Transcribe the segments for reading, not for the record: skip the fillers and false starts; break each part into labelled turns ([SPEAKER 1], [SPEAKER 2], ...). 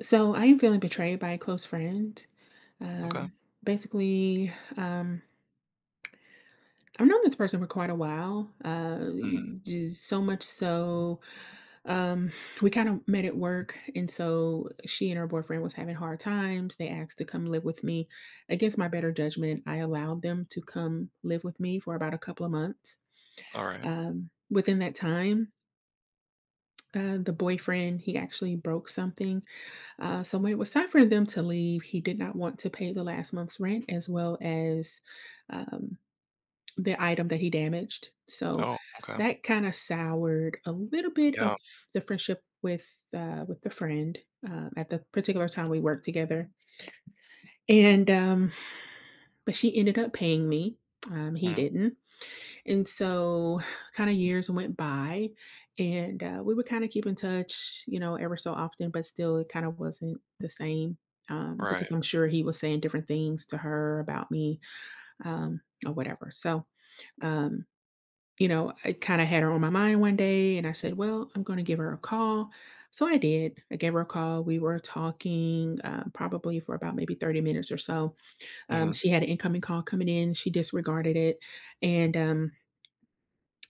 [SPEAKER 1] So I am feeling betrayed by a close friend.
[SPEAKER 2] Okay.
[SPEAKER 1] Um, basically, I've known this person for quite a while.
[SPEAKER 2] Mhm.
[SPEAKER 1] Just so much so, um, we kind of met at work, and so she and her boyfriend was having hard times. They asked to come live with me. Against my better judgment, I allowed them to come live with me for about a couple of months.
[SPEAKER 2] Alright.
[SPEAKER 1] Within that time, the boyfriend he actually broke something. So when it was time for them to leave, he did not want to pay the last month's rent as well as um, the item that he damaged. So
[SPEAKER 2] Oh, okay.
[SPEAKER 1] that kind of soured a little bit
[SPEAKER 2] Yeah.
[SPEAKER 1] of the friendship with the friend at the particular time we worked together. And but she ended up paying me. He
[SPEAKER 2] Mhm.
[SPEAKER 1] didn't. And so, kind of years went by, and we would kind of keep in touch, you know, ever so often, but still, it kind of wasn't the same because
[SPEAKER 2] Right.
[SPEAKER 1] I'm sure he was saying different things to her about me or whatever. So, um, you know, I kind of had her on my mind one day, and I said, Well, I'm going to give her a call. So I did. I gave her a call. We were talking probably for about maybe 30 minutes or so.
[SPEAKER 2] Mhm.
[SPEAKER 1] She had an incoming call coming in. She disregarded it. And, um,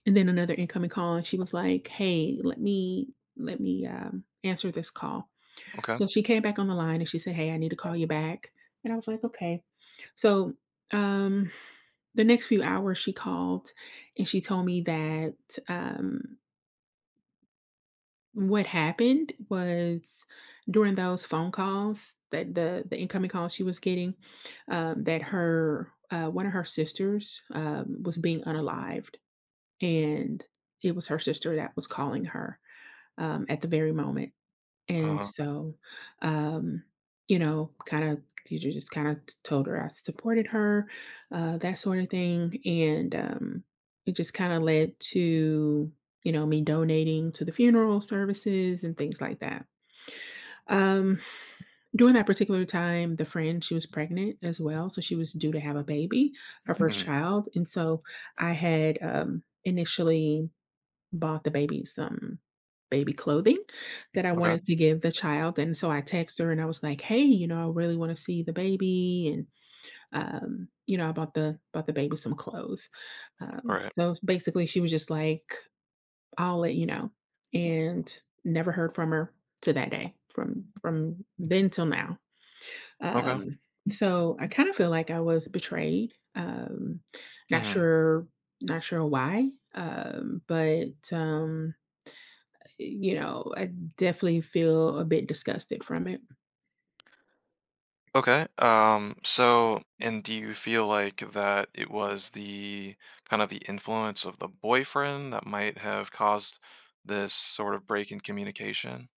[SPEAKER 1] and then another incoming call, and she was like, "Hey, let me, answer this call."
[SPEAKER 2] Okay.
[SPEAKER 1] So she came back on the line and she said, "Hey, I need to call you back." And I was like, "Okay." So, um, the next few hours she called and she told me that, um, what happened was during those phone calls that the incoming calls she was getting, that her, one of her sisters, was being unalived. And it was her sister that was calling her, at the very moment. And
[SPEAKER 2] Uh-huh.
[SPEAKER 1] so, um, you know, kinda teacher just kinda told her I supported her, that sort of thing, and it just kinda led to, you know, me donating to the funeral services and things like that. Um, during that particular time, the friend, she was pregnant as well, so she was due to have a baby, her Mhm. first
[SPEAKER 2] Mhm.
[SPEAKER 1] child, and so I had, initially bought the baby some baby clothing that I Mhm.
[SPEAKER 2] Okay.
[SPEAKER 1] wanted to give the child, and so I text her and I was like, "Hey, you know, I really wanna see the baby," and, you know, I bought the baby some clothes.
[SPEAKER 2] Alright.
[SPEAKER 1] So basically she was just like, "I'll let you know," and never heard from her to that day, from then till now.
[SPEAKER 2] Okay.
[SPEAKER 1] Um, so I kinda feel like I was betrayed, not
[SPEAKER 2] Mhm.
[SPEAKER 1] sure not sure why, but you know, I definitely feel a bit disgusted from it.
[SPEAKER 2] Okay. So, and do you feel like that it was the kind of the influence of the boyfriend that might have caused this sort of break in communication?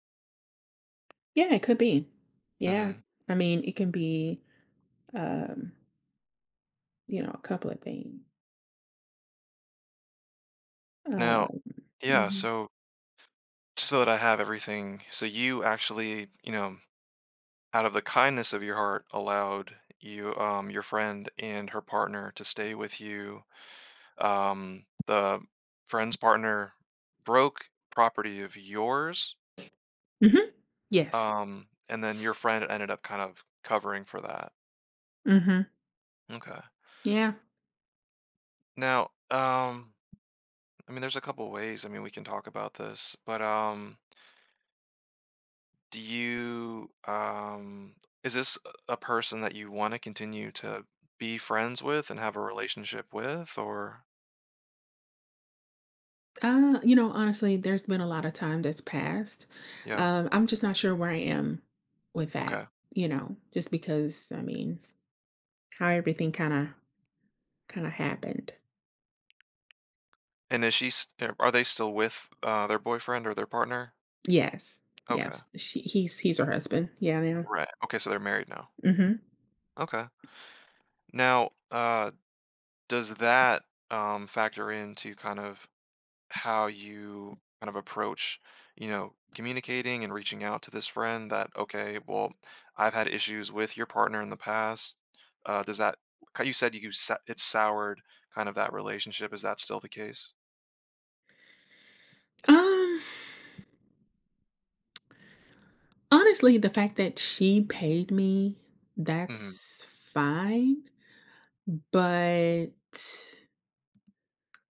[SPEAKER 1] Yeah, it could be. Yeah.
[SPEAKER 2] Mhm.
[SPEAKER 1] I mean, it can be, um, you know, a couple of things. Uh,
[SPEAKER 2] Now, yeah,
[SPEAKER 1] mhm.
[SPEAKER 2] so just so that I have everything, so you actually, out of the kindness of your heart allowed your friend and her partner to stay with you. The friend's partner broke property of yours.
[SPEAKER 1] Mhm. Yes.
[SPEAKER 2] And then your friend ended up kind of covering for that.
[SPEAKER 1] Mhm.
[SPEAKER 2] Okay.
[SPEAKER 1] Yeah.
[SPEAKER 2] Now, um I mean there's a couple ways, I mean we can talk about this, but do you is this a person that you want to continue to be friends with and have a relationship with, or
[SPEAKER 1] You know, honestly, there's been a lot of time that's passed.
[SPEAKER 2] yeah,
[SPEAKER 1] I'm just not sure where I am with that,
[SPEAKER 2] okay.
[SPEAKER 1] you know, just because I mean, how everything kind of happened.
[SPEAKER 2] And is she s are they still with, their boyfriend or their partner?
[SPEAKER 1] Yes.
[SPEAKER 2] Okay.
[SPEAKER 1] Yes. She he's her husband. Yeah, yeah.
[SPEAKER 2] Right. Okay, so they're married now.
[SPEAKER 1] Mhm.
[SPEAKER 2] Okay. Now, does that, factor into kind of how you kind of approach, you know, communicating and reaching out to this friend that, "Okay, well, I've had issues with your partner in the past." Does that 'cau you said, you sa it soured kind of that relationship. Is that still the case?
[SPEAKER 1] Um Honestly, the fact that she paid me,
[SPEAKER 2] Mhm.
[SPEAKER 1] that's fine, but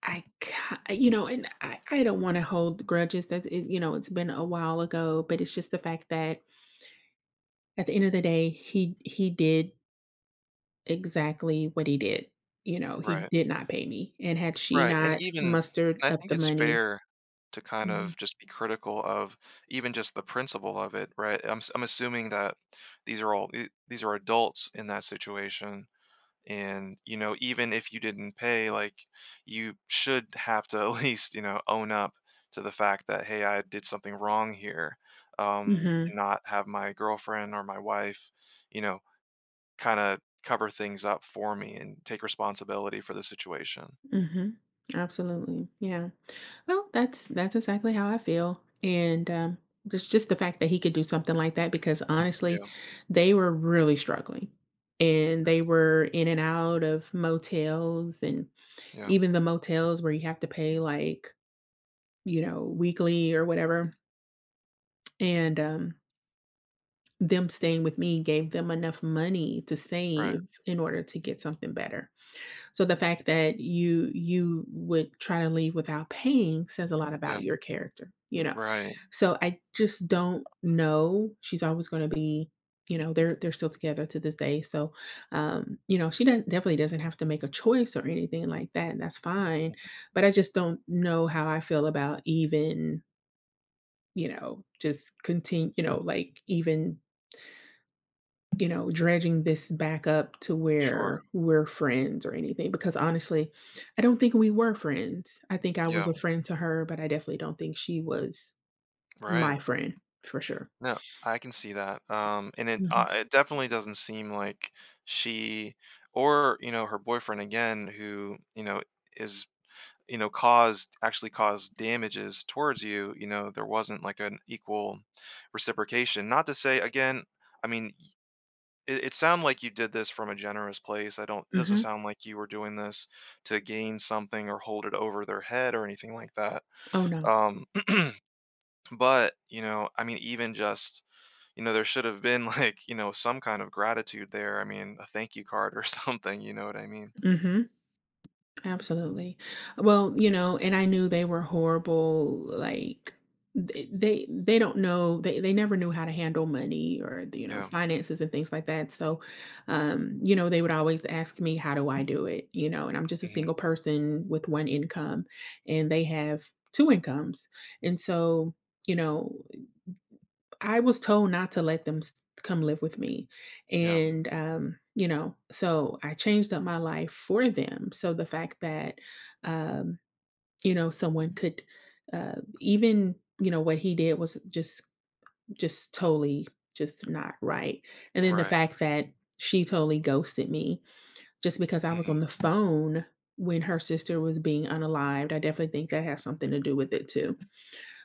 [SPEAKER 1] you know, and I don't want to hold grudges that, it, you know, it's been a while ago, but it's just the fact that at the end of the day, he did exactly what he did. You know, he
[SPEAKER 2] Right.
[SPEAKER 1] did not pay me, and had she
[SPEAKER 2] Right, and
[SPEAKER 1] not
[SPEAKER 2] even
[SPEAKER 1] mustered
[SPEAKER 2] and I
[SPEAKER 1] up
[SPEAKER 2] think
[SPEAKER 1] the
[SPEAKER 2] it's
[SPEAKER 1] money.
[SPEAKER 2] fair to kind
[SPEAKER 1] Mhm.
[SPEAKER 2] of just be critical of even just the principle of it, right? I'm assuming that these are these are adults in that situation, and you know, even if you didn't pay, like you should have to at least own up to the fact that, hey, I did something wrong here,
[SPEAKER 1] Mhm.
[SPEAKER 2] and not have my girlfriend or my wife, you know, kind of cover things up for me and take responsibility for the situation.
[SPEAKER 1] Mhm. Absolutely, yeah. Well, that's exactly how I feel, and, just the fact that he could do something like that because,
[SPEAKER 2] Yeah,
[SPEAKER 1] honestly, they were really struggling, and they were in and out of motels, and
[SPEAKER 2] yeah,
[SPEAKER 1] even the motels where you have to pay, like, you know, weekly or whatever, and them staying with me gave them enough money to
[SPEAKER 2] right.
[SPEAKER 1] save in order to get something better. So the fact that you would try to leave without paying says a lot about
[SPEAKER 2] Yeah,
[SPEAKER 1] your character, you know?
[SPEAKER 2] right.
[SPEAKER 1] So I just don't know. She's always gonna be you know, they're still together to this day. So, you know, she does definitely doesn't have to make a choice or anything like that, and that's fine. But I just don't know how I feel about even, you know, just continue, you know, like even you know, dredging this back up to
[SPEAKER 2] Sure.
[SPEAKER 1] where we're friends or anything because honestly, I don't think we were friends. I think I was
[SPEAKER 2] Yeah,
[SPEAKER 1] a friend to her, but I definitely don't think she was my
[SPEAKER 2] right.
[SPEAKER 1] friend for sure.
[SPEAKER 2] No, I can see that. And it uh,
[SPEAKER 1] Mhm.
[SPEAKER 2] it definitely doesn't seem like she, or, you know, her boyfriend again, who, you know, is, caused, actually caused damages towards you. You know, there wasn't like an equal reciprocation. Not to say again, I mean, it sounded like you did this from a generous place. I don't, it doesn't
[SPEAKER 1] Mhm.
[SPEAKER 2] sound like you were doing this to gain something or hold it over their head or anything like that.
[SPEAKER 1] Oh, no.
[SPEAKER 2] Um, but I mean, even just, there should have been like, some kind of gratitude there. I mean, a thank you card or something. You know what I mean?
[SPEAKER 1] Mhm. Absolutely. Well, you know, and I knew they were horrible, like they don't know they never knew how to handle money or you know
[SPEAKER 2] Yeah.
[SPEAKER 1] finances and things like that. So, you know, they would always ask me, "How do I do it?" You know, and I'm just a
[SPEAKER 2] Hmm.
[SPEAKER 1] single person with one income, and they have two incomes, and so you know I was told not to let them s come live with me,
[SPEAKER 2] Yeah,
[SPEAKER 1] and, you know, so I changed up my life for them, so the fact that, um, you know, someone could, even, you know, what he did was just totally just not right, and then the
[SPEAKER 2] right.
[SPEAKER 1] fact that she totally ghosted me just because I was
[SPEAKER 2] Hmm.
[SPEAKER 1] on the phone when her sister was being unalived, I definitely think that has something to do with it too.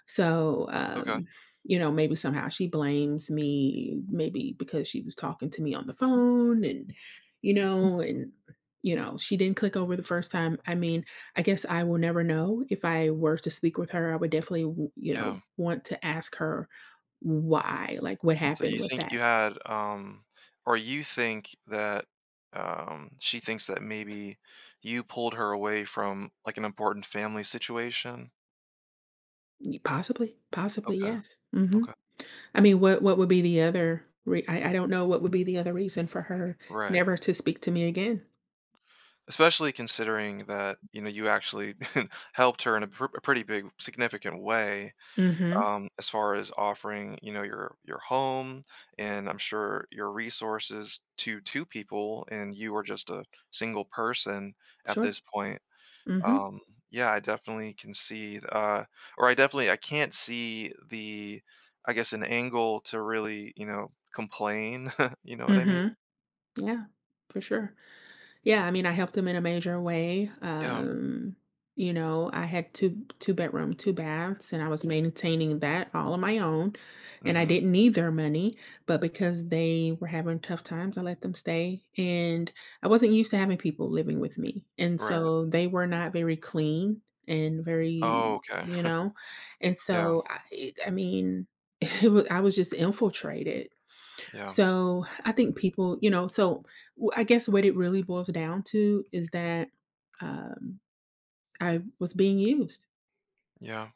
[SPEAKER 1] So,
[SPEAKER 2] Okay.
[SPEAKER 1] you know, maybe somehow she blames me, maybe because she was talking to me on the phone and, you know, she didn't click over the first time. I mean, I guess I will never know. If I were to speak with her, I would definitely, you
[SPEAKER 2] Yeah,
[SPEAKER 1] know, want to ask her why, like what
[SPEAKER 2] so
[SPEAKER 1] happened
[SPEAKER 2] you
[SPEAKER 1] with
[SPEAKER 2] think you
[SPEAKER 1] that.
[SPEAKER 2] had or you think that, she thinks that maybe you pulled her away from like an important family situation.
[SPEAKER 1] Possibly, possibly,
[SPEAKER 2] Okay.
[SPEAKER 1] yes. Hmm.
[SPEAKER 2] Okay.
[SPEAKER 1] I mean, what would be the other? I don't know what would be the other reason for her
[SPEAKER 2] Right.
[SPEAKER 1] never to speak to me again.
[SPEAKER 2] Especially considering that, you actually helped her in a pretty big, significant way,
[SPEAKER 1] Mm-hmm.
[SPEAKER 2] as far as offering, your home, and I'm sure your resources to two people, and you are just a single person at
[SPEAKER 1] Sure.
[SPEAKER 2] this point.
[SPEAKER 1] Mm-hmm.
[SPEAKER 2] Um, yeah, I definitely can see, or I definitely I can't see, the, I guess, an angle to really, complain. You know what I mean?
[SPEAKER 1] Mhm. Yeah, for sure. Yeah, I mean, I helped them in a major way.
[SPEAKER 2] Yeah.
[SPEAKER 1] You know, I had two bedroom, two baths, and I was maintaining that all on my own, and I
[SPEAKER 2] Hmm.
[SPEAKER 1] didn't need their money, but because they were having tough times, I let them stay, and I wasn't used to having people living with me, and
[SPEAKER 2] Right.
[SPEAKER 1] so they were not very clean and very,
[SPEAKER 2] Oh, okay.
[SPEAKER 1] you know, and
[SPEAKER 2] Yeah.
[SPEAKER 1] so I mean, it was, I was just infiltrated
[SPEAKER 2] Yeah,
[SPEAKER 1] so, I think people, you know so w I guess what it really boils down to is that, um, I was being used.
[SPEAKER 2] yeah.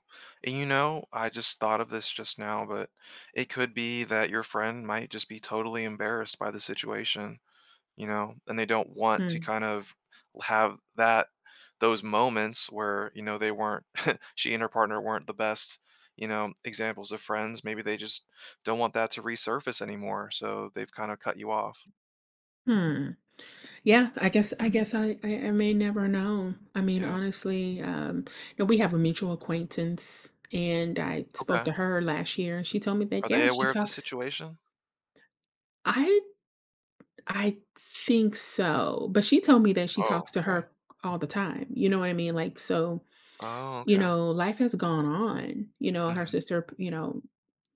[SPEAKER 2] And I just thought of this just now, but it could be that your friend might just be totally embarrassed by the situation, and they don't want to
[SPEAKER 1] Mm,
[SPEAKER 2] kind of have that those moments where, they weren't she and her partner weren't the best, examples of friends. Maybe they just don't want that to resurface anymore, so they've kind of cut you off.
[SPEAKER 1] hmm. Yeah, I guess I may never know. I mean,
[SPEAKER 2] Yeah.
[SPEAKER 1] honestly, no, we have a mutual acquaintance, and I spoke
[SPEAKER 2] Okay.
[SPEAKER 1] to her last year, and she told me that,
[SPEAKER 2] Are they
[SPEAKER 1] yeah, she
[SPEAKER 2] aware of the
[SPEAKER 1] talks.
[SPEAKER 2] situation?
[SPEAKER 1] I I think so, but she told me that she
[SPEAKER 2] Oh,
[SPEAKER 1] talks to
[SPEAKER 2] okay.
[SPEAKER 1] her all the time, you know what I mean? Like, so
[SPEAKER 2] Oh,
[SPEAKER 1] you
[SPEAKER 2] okay.
[SPEAKER 1] know, life has gone on. You know, her
[SPEAKER 2] Hmm.
[SPEAKER 1] sister, you know,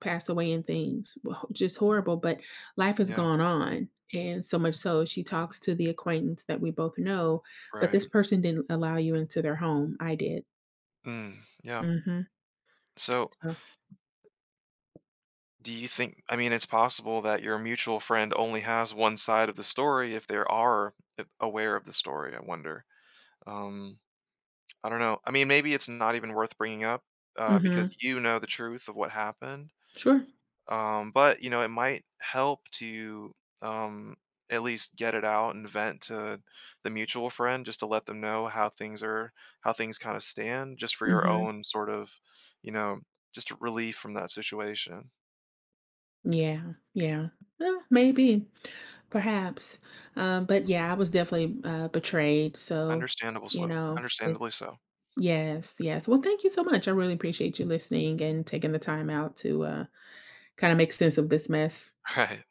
[SPEAKER 1] passed away and things, well, just horrible, but life has
[SPEAKER 2] Yeah,
[SPEAKER 1] gone on, and so much so she talks to the acquaintance that we both know, but
[SPEAKER 2] right.
[SPEAKER 1] this person didn't allow you into their home. I did.
[SPEAKER 2] Mm, yeah.
[SPEAKER 1] Mhm,
[SPEAKER 2] So,
[SPEAKER 1] so
[SPEAKER 2] do you think, I mean, it's possible that your mutual friend only has one side of the story, if they are a aware of the story, I wonder. Um, I don't know. I mean, maybe it's not even worth bringing up, because
[SPEAKER 1] Mhm.
[SPEAKER 2] you know the truth of what happened,
[SPEAKER 1] Sure.
[SPEAKER 2] but, it might help to, um, at least get it out and vent to the mutual friend just to let them know how things kind of stand, just for your
[SPEAKER 1] Mhm.
[SPEAKER 2] own sort of, you know, just relief from that situation.
[SPEAKER 1] Yeah, yeah. Eh, maybe, perhaps. But yeah, I was definitely betrayed. So,
[SPEAKER 2] Understandable
[SPEAKER 1] you
[SPEAKER 2] slow
[SPEAKER 1] know, it,
[SPEAKER 2] Understandably so.
[SPEAKER 1] yes, yes. Well, thank you so much. I really appreciate you listening and taking the time out to kind of make sense of this mess.
[SPEAKER 2] Right.